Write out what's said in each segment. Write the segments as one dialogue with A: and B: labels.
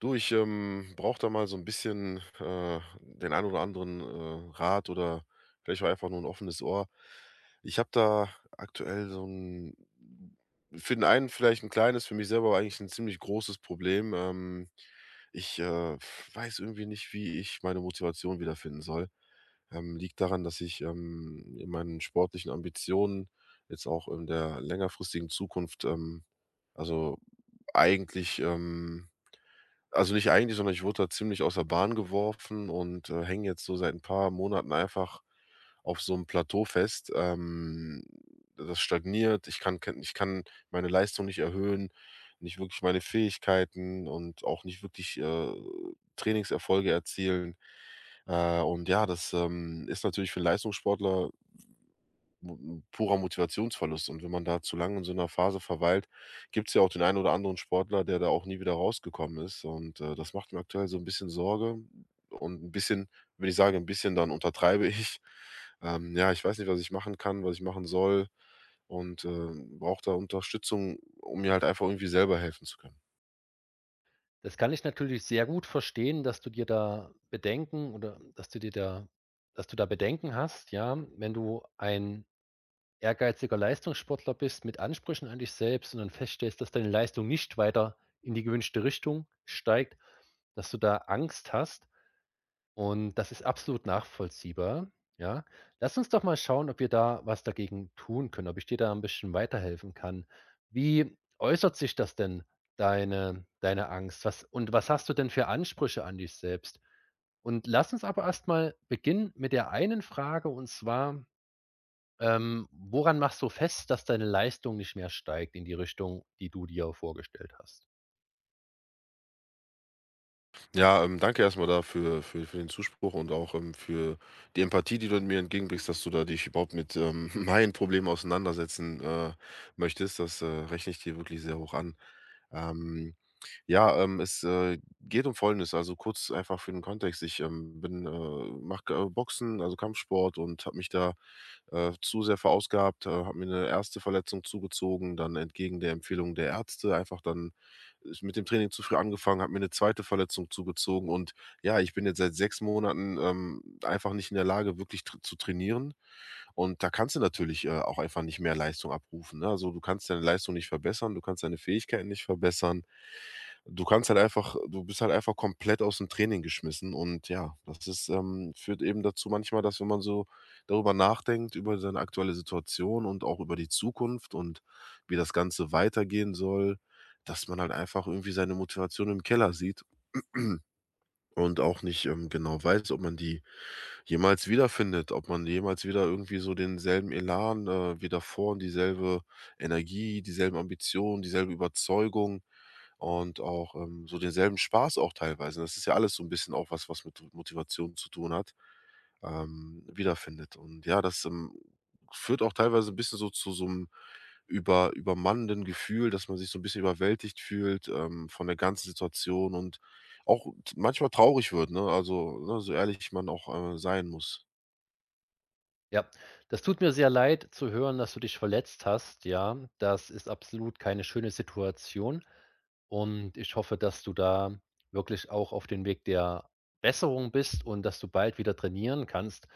A: Du, ich, brauche da mal so ein bisschen, den ein oder anderen, Rat oder vielleicht auch einfach nur ein offenes Ohr. Ich habe da aktuell so 'n für den einen vielleicht ein kleines, für mich selber aber eigentlich ein ziemlich großes Problem. Ich, weiß irgendwie nicht, wie ich meine Motivation wiederfinden soll. Liegt daran, dass ich, in meinen sportlichen Ambitionen jetzt auch in der längerfristigen Zukunft, also eigentlich, also, nicht eigentlich, sondern ich wurde da ziemlich aus der Bahn geworfen und, hänge jetzt so seit ein paar Monaten einfach auf so einem Plateau fest. Das stagniert. Ich kann meine Leistung nicht erhöhen, nicht wirklich meine Fähigkeiten und auch nicht wirklich, Trainingserfolge erzielen. Und ja, das, ist natürlich für 'n Leistungssportler mu purer Motivationsverlust. Und wenn man da zu lange in so einer Phase verweilt, gibt es ja auch den einen oder anderen Sportler, der da auch nie wieder rausgekommen ist, und, das macht mir aktuell so ein bisschen Sorge und ein bisschen, wenn ich sage ein bisschen, dann untertreibe ich. Ja, ich weiß nicht, was ich machen kann, was ich machen soll, und, brauche da Unterstützung, um mir halt einfach irgendwie selber helfen zu können.
B: Das kann ich natürlich sehr gut verstehen, dass du dir da Bedenken oder dass du da Bedenken hast, ja, wenn du ein ehrgeiziger Leistungssportler bist mit Ansprüchen an dich selbst und dann feststellst, dass deine Leistung nicht weiter in die gewünschte Richtung steigt, dass du da Angst hast. Und das ist absolut nachvollziehbar, ja. Lass uns doch mal schauen, ob wir da was dagegen tun können, ob ich dir da ein bisschen weiterhelfen kann. Wie äußert sich das denn, deine Angst? Was und was hast du denn für Ansprüche an dich selbst? Und lass uns aber erstmal mal beginnen mit der einen Frage, und zwar, woran machst du fest, dass deine Leistung nicht mehr steigt in die Richtung, die du dir vorgestellt hast?
A: Ja, danke erstmal dafür, für den Zuspruch und auch, für die Empathie, die du mir entgegenbringst, dass du da dich überhaupt mit, meinen Problemen auseinandersetzen, möchtest. Das, rechne ich dir wirklich sehr hoch an. Ähm ja, es, geht um Folgendes, also kurz einfach für den Kontext. Ich, mache K Boxen, also Kampfsport, und habe mich da, zu sehr verausgabt, habe mir eine erste Verletzung zugezogen, dann entgegen der Empfehlung der Ärzte einfach dann ich mit dem Training zu früh angefangen, habe mir eine zweite Verletzung zugezogen, und ja, ich bin jetzt seit 6 Monaten, einfach nicht in der Lage, wirklich tr zu trainieren. Und da kannst du natürlich, auch einfach nicht mehr Leistung abrufen, ne? Also, du kannst deine Leistung nicht verbessern, du kannst deine Fähigkeiten nicht verbessern. Du bist halt einfach komplett aus dem Training geschmissen, und ja, das führt eben dazu manchmal, dass, wenn man so darüber nachdenkt, über seine aktuelle Situation und auch über die Zukunft und wie das Ganze weitergehen soll, dass man halt einfach irgendwie seine Motivation im Keller sieht und auch nicht, genau weiß, ob man die jemals wiederfindet, ob man jemals wieder irgendwie so denselben Elan, wie davor, und dieselbe Energie, dieselben Ambitionen, dieselbe Überzeugung und auch, so denselben Spaß auch teilweise. Das ist ja alles so ein bisschen auch was, was mit Motivation zu tun hat, wiederfindet. Und ja, das, führt auch teilweise ein bisschen so zu so einem übermannenden Gefühl, dass man sich so ein bisschen überwältigt fühlt, von der ganzen Situation, und auch t manchmal traurig wird, ne? Also, ne, so ehrlich man auch, sein muss.
B: Ja, das tut mir sehr leid zu hören, dass du dich verletzt hast. Ja, das ist absolut keine schöne Situation. Und ich hoffe, dass du da wirklich auch auf dem Weg der Besserung bist und dass du bald wieder trainieren kannst.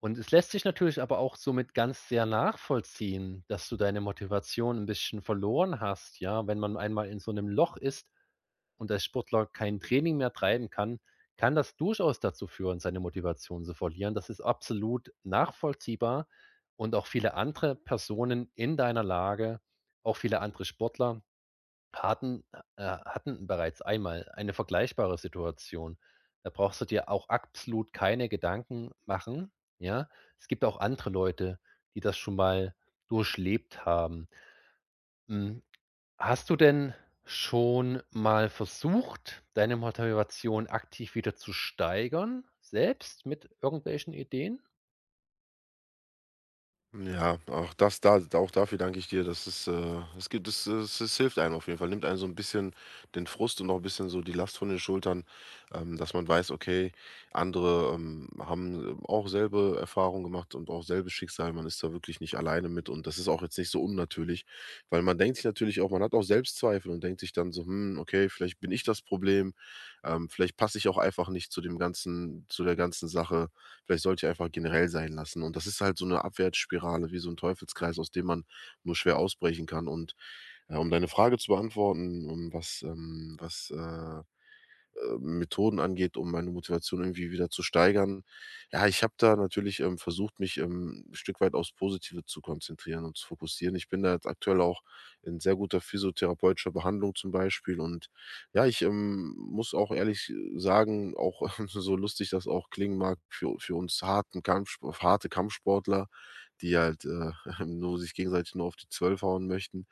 B: Und es lässt sich natürlich aber auch somit ganz sehr nachvollziehen, dass du deine Motivation ein bisschen verloren hast, ja? Wenn man einmal in so einem Loch ist, und der Sportler kein Training mehr treiben kann, kann das durchaus dazu führen, seine Motivation zu verlieren. Das ist absolut nachvollziehbar und auch viele andere Personen in deiner Lage, auch viele andere Sportler hatten, hatten bereits einmal eine vergleichbare Situation. Da brauchst du dir auch absolut keine Gedanken machen. Ja, es gibt auch andere Leute, die das schon mal durchlebt haben. Mm, Hast du denn schon mal versucht, deine Motivation aktiv wieder zu steigern, selbst mit irgendwelchen Ideen?
A: Ja, auch das, da auch dafür danke ich dir. Das ist, es gibt es es es hilft einem auf jeden Fall, nimmt einem so ein bisschen den Frust und auch 'n bisschen so die Last von den Schultern, dass man weiß, okay, andere, haben auch selbe Erfahrungen gemacht und auch selbes Schicksal. Man ist da wirklich nicht alleine mit, und das ist auch jetzt nicht so unnatürlich, weil man denkt sich natürlich auch, man hat auch Selbstzweifel und denkt sich dann so: „Hm, okay, vielleicht bin ich das Problem. Vielleicht passe ich auch einfach nicht zu der ganzen Sache." Vielleicht sollte ich einfach generell sein lassen. Und das ist halt so eine Abwärtsspirale, wie so ein Teufelskreis, aus dem man nur schwer ausbrechen kann. Und, um deine Frage zu beantworten, Methoden angeht, um meine Motivation irgendwie wieder zu steigern. Ja, ich habe da natürlich, versucht, mich, 'n Stück weit aufs Positive zu konzentrieren und zu fokussieren. Ich bin da jetzt aktuell auch in sehr guter physiotherapeutischer Behandlung zum Beispiel, und ja, ich, muss auch ehrlich sagen, auch so lustig das auch klingen mag, für uns harte Kampfsportler, die halt, nur sich gegenseitig nur auf die 12 hauen möchten,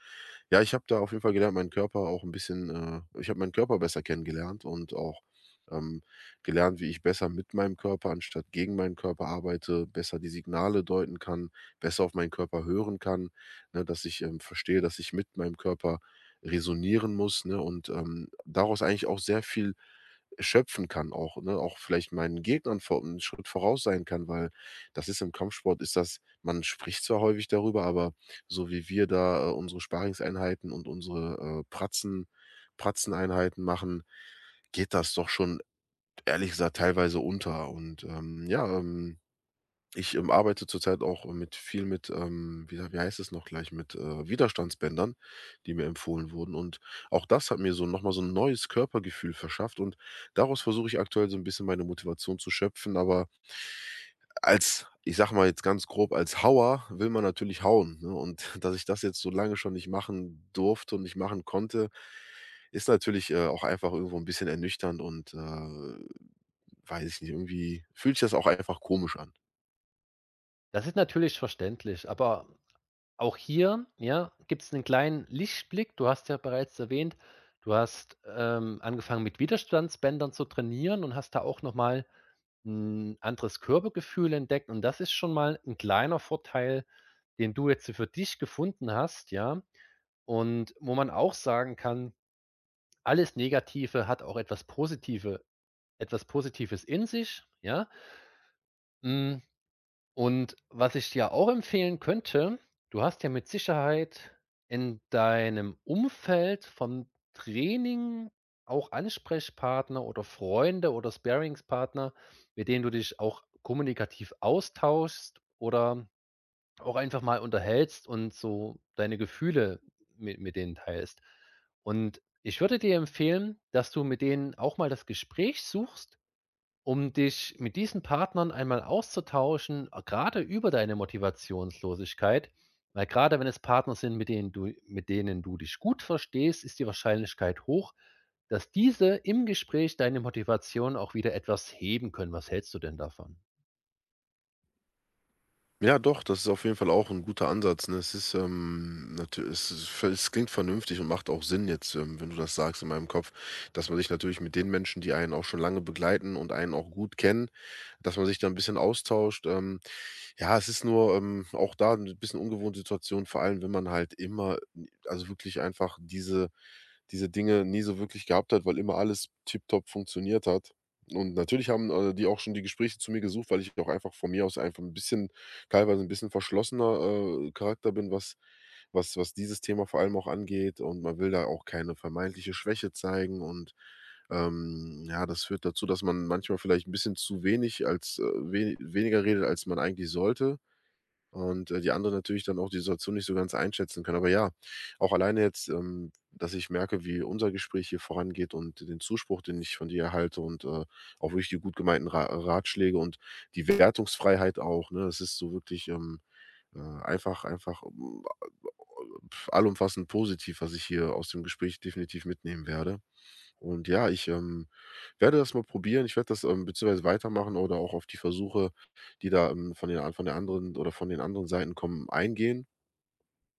A: ja, ich habe da auf jeden Fall gelernt, meinen Körper auch ein bisschen ich habe meinen Körper besser kennengelernt und auch, ähm, gelernt, wie ich besser mit meinem Körper anstatt gegen meinen Körper arbeite, besser die Signale deuten kann, besser auf meinen Körper hören kann, ne, dass ich, verstehe, dass ich mit meinem Körper resonieren muss, ne, und, daraus eigentlich auch sehr viel schöpfen kann auch, ne, auch vielleicht meinen Gegnern vor 'n Schritt voraus sein kann, weil das ist im Kampfsport ist das, man spricht zwar häufig darüber, aber so wie wir da, unsere Sparingseinheiten und unsere, Pratzeneinheiten machen, geht das doch schon ehrlich gesagt teilweise unter, und, ja, ich, arbeite zurzeit auch mit viel, mit, wie heißt es noch gleich, mit, Widerstandsbändern, die mir empfohlen wurden. Und auch das hat mir so noch mal so ein neues Körpergefühl verschafft, und daraus versuche ich aktuell so ein bisschen meine Motivation zu schöpfen, aber, als ich sage mal jetzt ganz grob, als Hauer will man natürlich hauen, ne? Und dass ich das jetzt so lange schon nicht machen durfte und nicht machen konnte, ist natürlich, auch einfach irgendwo ein bisschen ernüchternd, und, weiß ich nicht, irgendwie fühlt sich das auch einfach komisch an.
B: Das ist natürlich verständlich, aber auch hier, ja, gibt es einen kleinen Lichtblick. Du hast ja bereits erwähnt, du hast, angefangen, mit Widerstandsbändern zu trainieren und hast da auch noch mal 'n anderes Körpergefühl entdeckt und das ist schon mal ein kleiner Vorteil, den du jetzt für dich gefunden hast, ja? Und wo man auch sagen kann, alles Negative hat auch etwas Positives in sich, ja? Hm, und was ich dir auch empfehlen könnte, du hast ja mit Sicherheit in deinem Umfeld vom Training auch Ansprechpartner oder Freunde oder Sparingspartner, mit denen du dich auch kommunikativ austauschst oder auch einfach mal unterhältst und so deine Gefühle mit denen teilst. Und ich würde dir empfehlen, dass du mit denen auch mal das Gespräch suchst, um dich mit diesen Partnern einmal auszutauschen, grade über deine Motivationslosigkeit. Weil gerade wenn es Partner sind, mit denen du dich gut verstehst, ist die Wahrscheinlichkeit hoch, dass diese im Gespräch deine Motivation auch wieder etwas heben können. Was hältst du denn davon?
A: Ja, doch, das ist auf jeden Fall auch ein guter Ansatz, ne? Es ist, natü es ist v Es klingt vernünftig und macht auch Sinn jetzt, wenn du das sagst, in meinem Kopf, dass man sich natürlich mit den Menschen, die einen auch schon lange begleiten und einen auch gut kennen, dass man sich da ein bisschen austauscht. Ja, es ist nur, auch da eine bisschen ungewohnte Situation, vor allem, wenn man halt immer, also wirklich einfach diese Dinge nie so wirklich gehabt hat, weil immer alles tipptopp funktioniert hat. Und natürlich haben, die auch schon die Gespräche zu mir gesucht, weil ich auch einfach von mir aus einfach ein bisschen, teilweise ein bisschen verschlossener, Charakter bin, was dieses Thema vor allem auch angeht. Und man will da auch keine vermeintliche Schwäche zeigen, und ja, das führt dazu, dass man manchmal vielleicht ein bisschen zu wenig als we weniger redet, als man eigentlich sollte, und, die anderen natürlich dann auch die Situation nicht so ganz einschätzen können. Aber ja, auch alleine jetzt, dass ich merke, wie unser Gespräch hier vorangeht, und den Zuspruch, den ich von dir erhalte, und, auch wirklich die gut gemeinten Ra Ratschläge und die Wertungsfreiheit auch, ne? Es ist so wirklich, einfach, allumfassend positiv, was ich hier aus dem Gespräch definitiv mitnehmen werde. Und ja, ich, werde das mal probieren. Ich werde das, beziehungsweise weitermachen, oder auch auf die Versuche, die da, von der anderen oder von den anderen Seiten kommen, eingehen,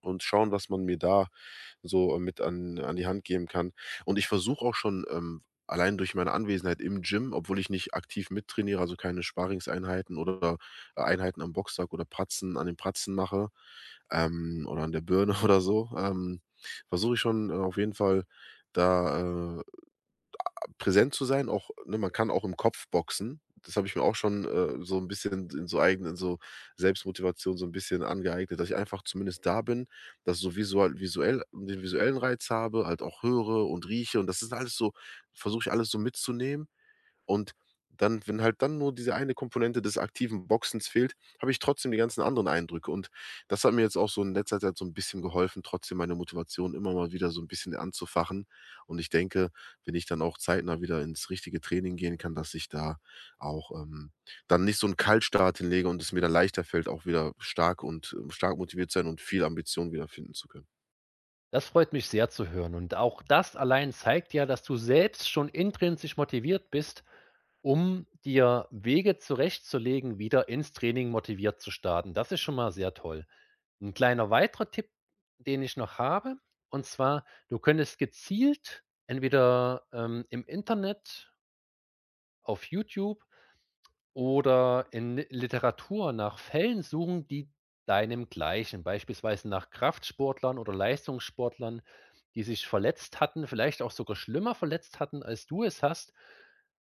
A: und schauen, was man mir da so, mit, an die Hand geben kann. Und ich versuche auch schon, allein durch meine Anwesenheit im Gym, obwohl ich nicht aktiv mittrainiere, also keine Sparringseinheiten oder, Einheiten am Boxsack oder Pratzen an den Pratzen mache, oder an der Birne oder so, versuche ich schon, auf jeden Fall da präsent zu sein, auch, ne, man kann auch im Kopf boxen. Das habe ich mir auch schon, so ein bisschen in so eigenen, so Selbstmotivation, so ein bisschen angeeignet, dass ich einfach zumindest da bin, dass ich so visual visuell den visuellen Reiz habe, halt auch höre und rieche, und das ist alles so versuche ich alles so mitzunehmen, und dann, wenn halt dann nur diese eine Komponente des aktiven Boxens fehlt, habe ich trotzdem die ganzen anderen Eindrücke. Und das hat mir jetzt auch so in letzter Zeit so ein bisschen geholfen, trotzdem meine Motivation immer mal wieder so ein bisschen anzufachen. Und ich denke, wenn ich dann auch zeitnah wieder ins richtige Training gehen kann, dass ich da auch, dann nicht so einen Kaltstart hinlege, und es mir dann leichter fällt, auch wieder stark motiviert sein und viel Ambition wieder finden zu können.
B: Das freut mich sehr zu hören und auch das allein zeigt ja, dass du selbst schon intrinsisch motiviert bist, um dir Wege zurechtzulegen, wieder ins Training motiviert zu starten. Das ist schon mal sehr toll. Ein kleiner weiterer Tipp, den ich noch habe, und zwar, du könntest gezielt entweder, im Internet, auf YouTube oder in Literatur nach Fällen suchen, die deinemgleichen, beispielsweise nach Kraftsportlern oder Leistungssportlern, die sich verletzt hatten, vielleicht auch sogar schlimmer verletzt hatten, als du es hast,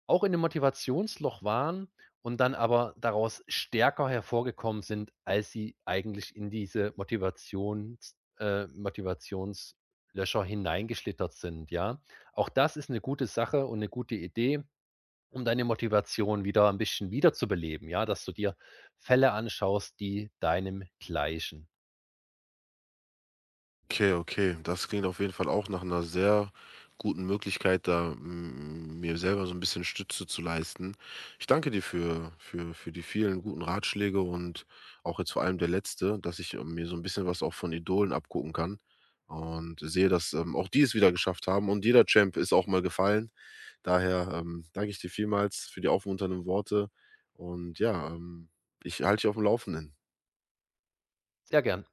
B: auch in 'nem Motivationsloch waren und dann aber daraus stärker hervorgekommen sind, als sie eigentlich in diese Motivationslöcher hineingeschlittert sind, ja? Auch das ist eine gute Sache und eine gute Idee, um deine Motivation wieder ein bisschen wiederzubeleben, ja, dass du dir Fälle anschaust, die deinem gleichen.
A: Okay, okay. Das klingt auf jeden Fall auch nach einer sehr guten Möglichkeit, da, mir selber so ein bisschen Stütze zu leisten. Ich danke dir für die vielen guten Ratschläge und auch jetzt vor allem der letzte, dass ich, mir so ein bisschen was auch von Idolen abgucken kann, und sehe, dass, auch die es wieder geschafft haben, und jeder Champ ist auch mal gefallen. Daher, danke ich dir vielmals für die aufmunternden Worte, und ja, ich halte dich auf dem Laufenden.
B: Sehr gern.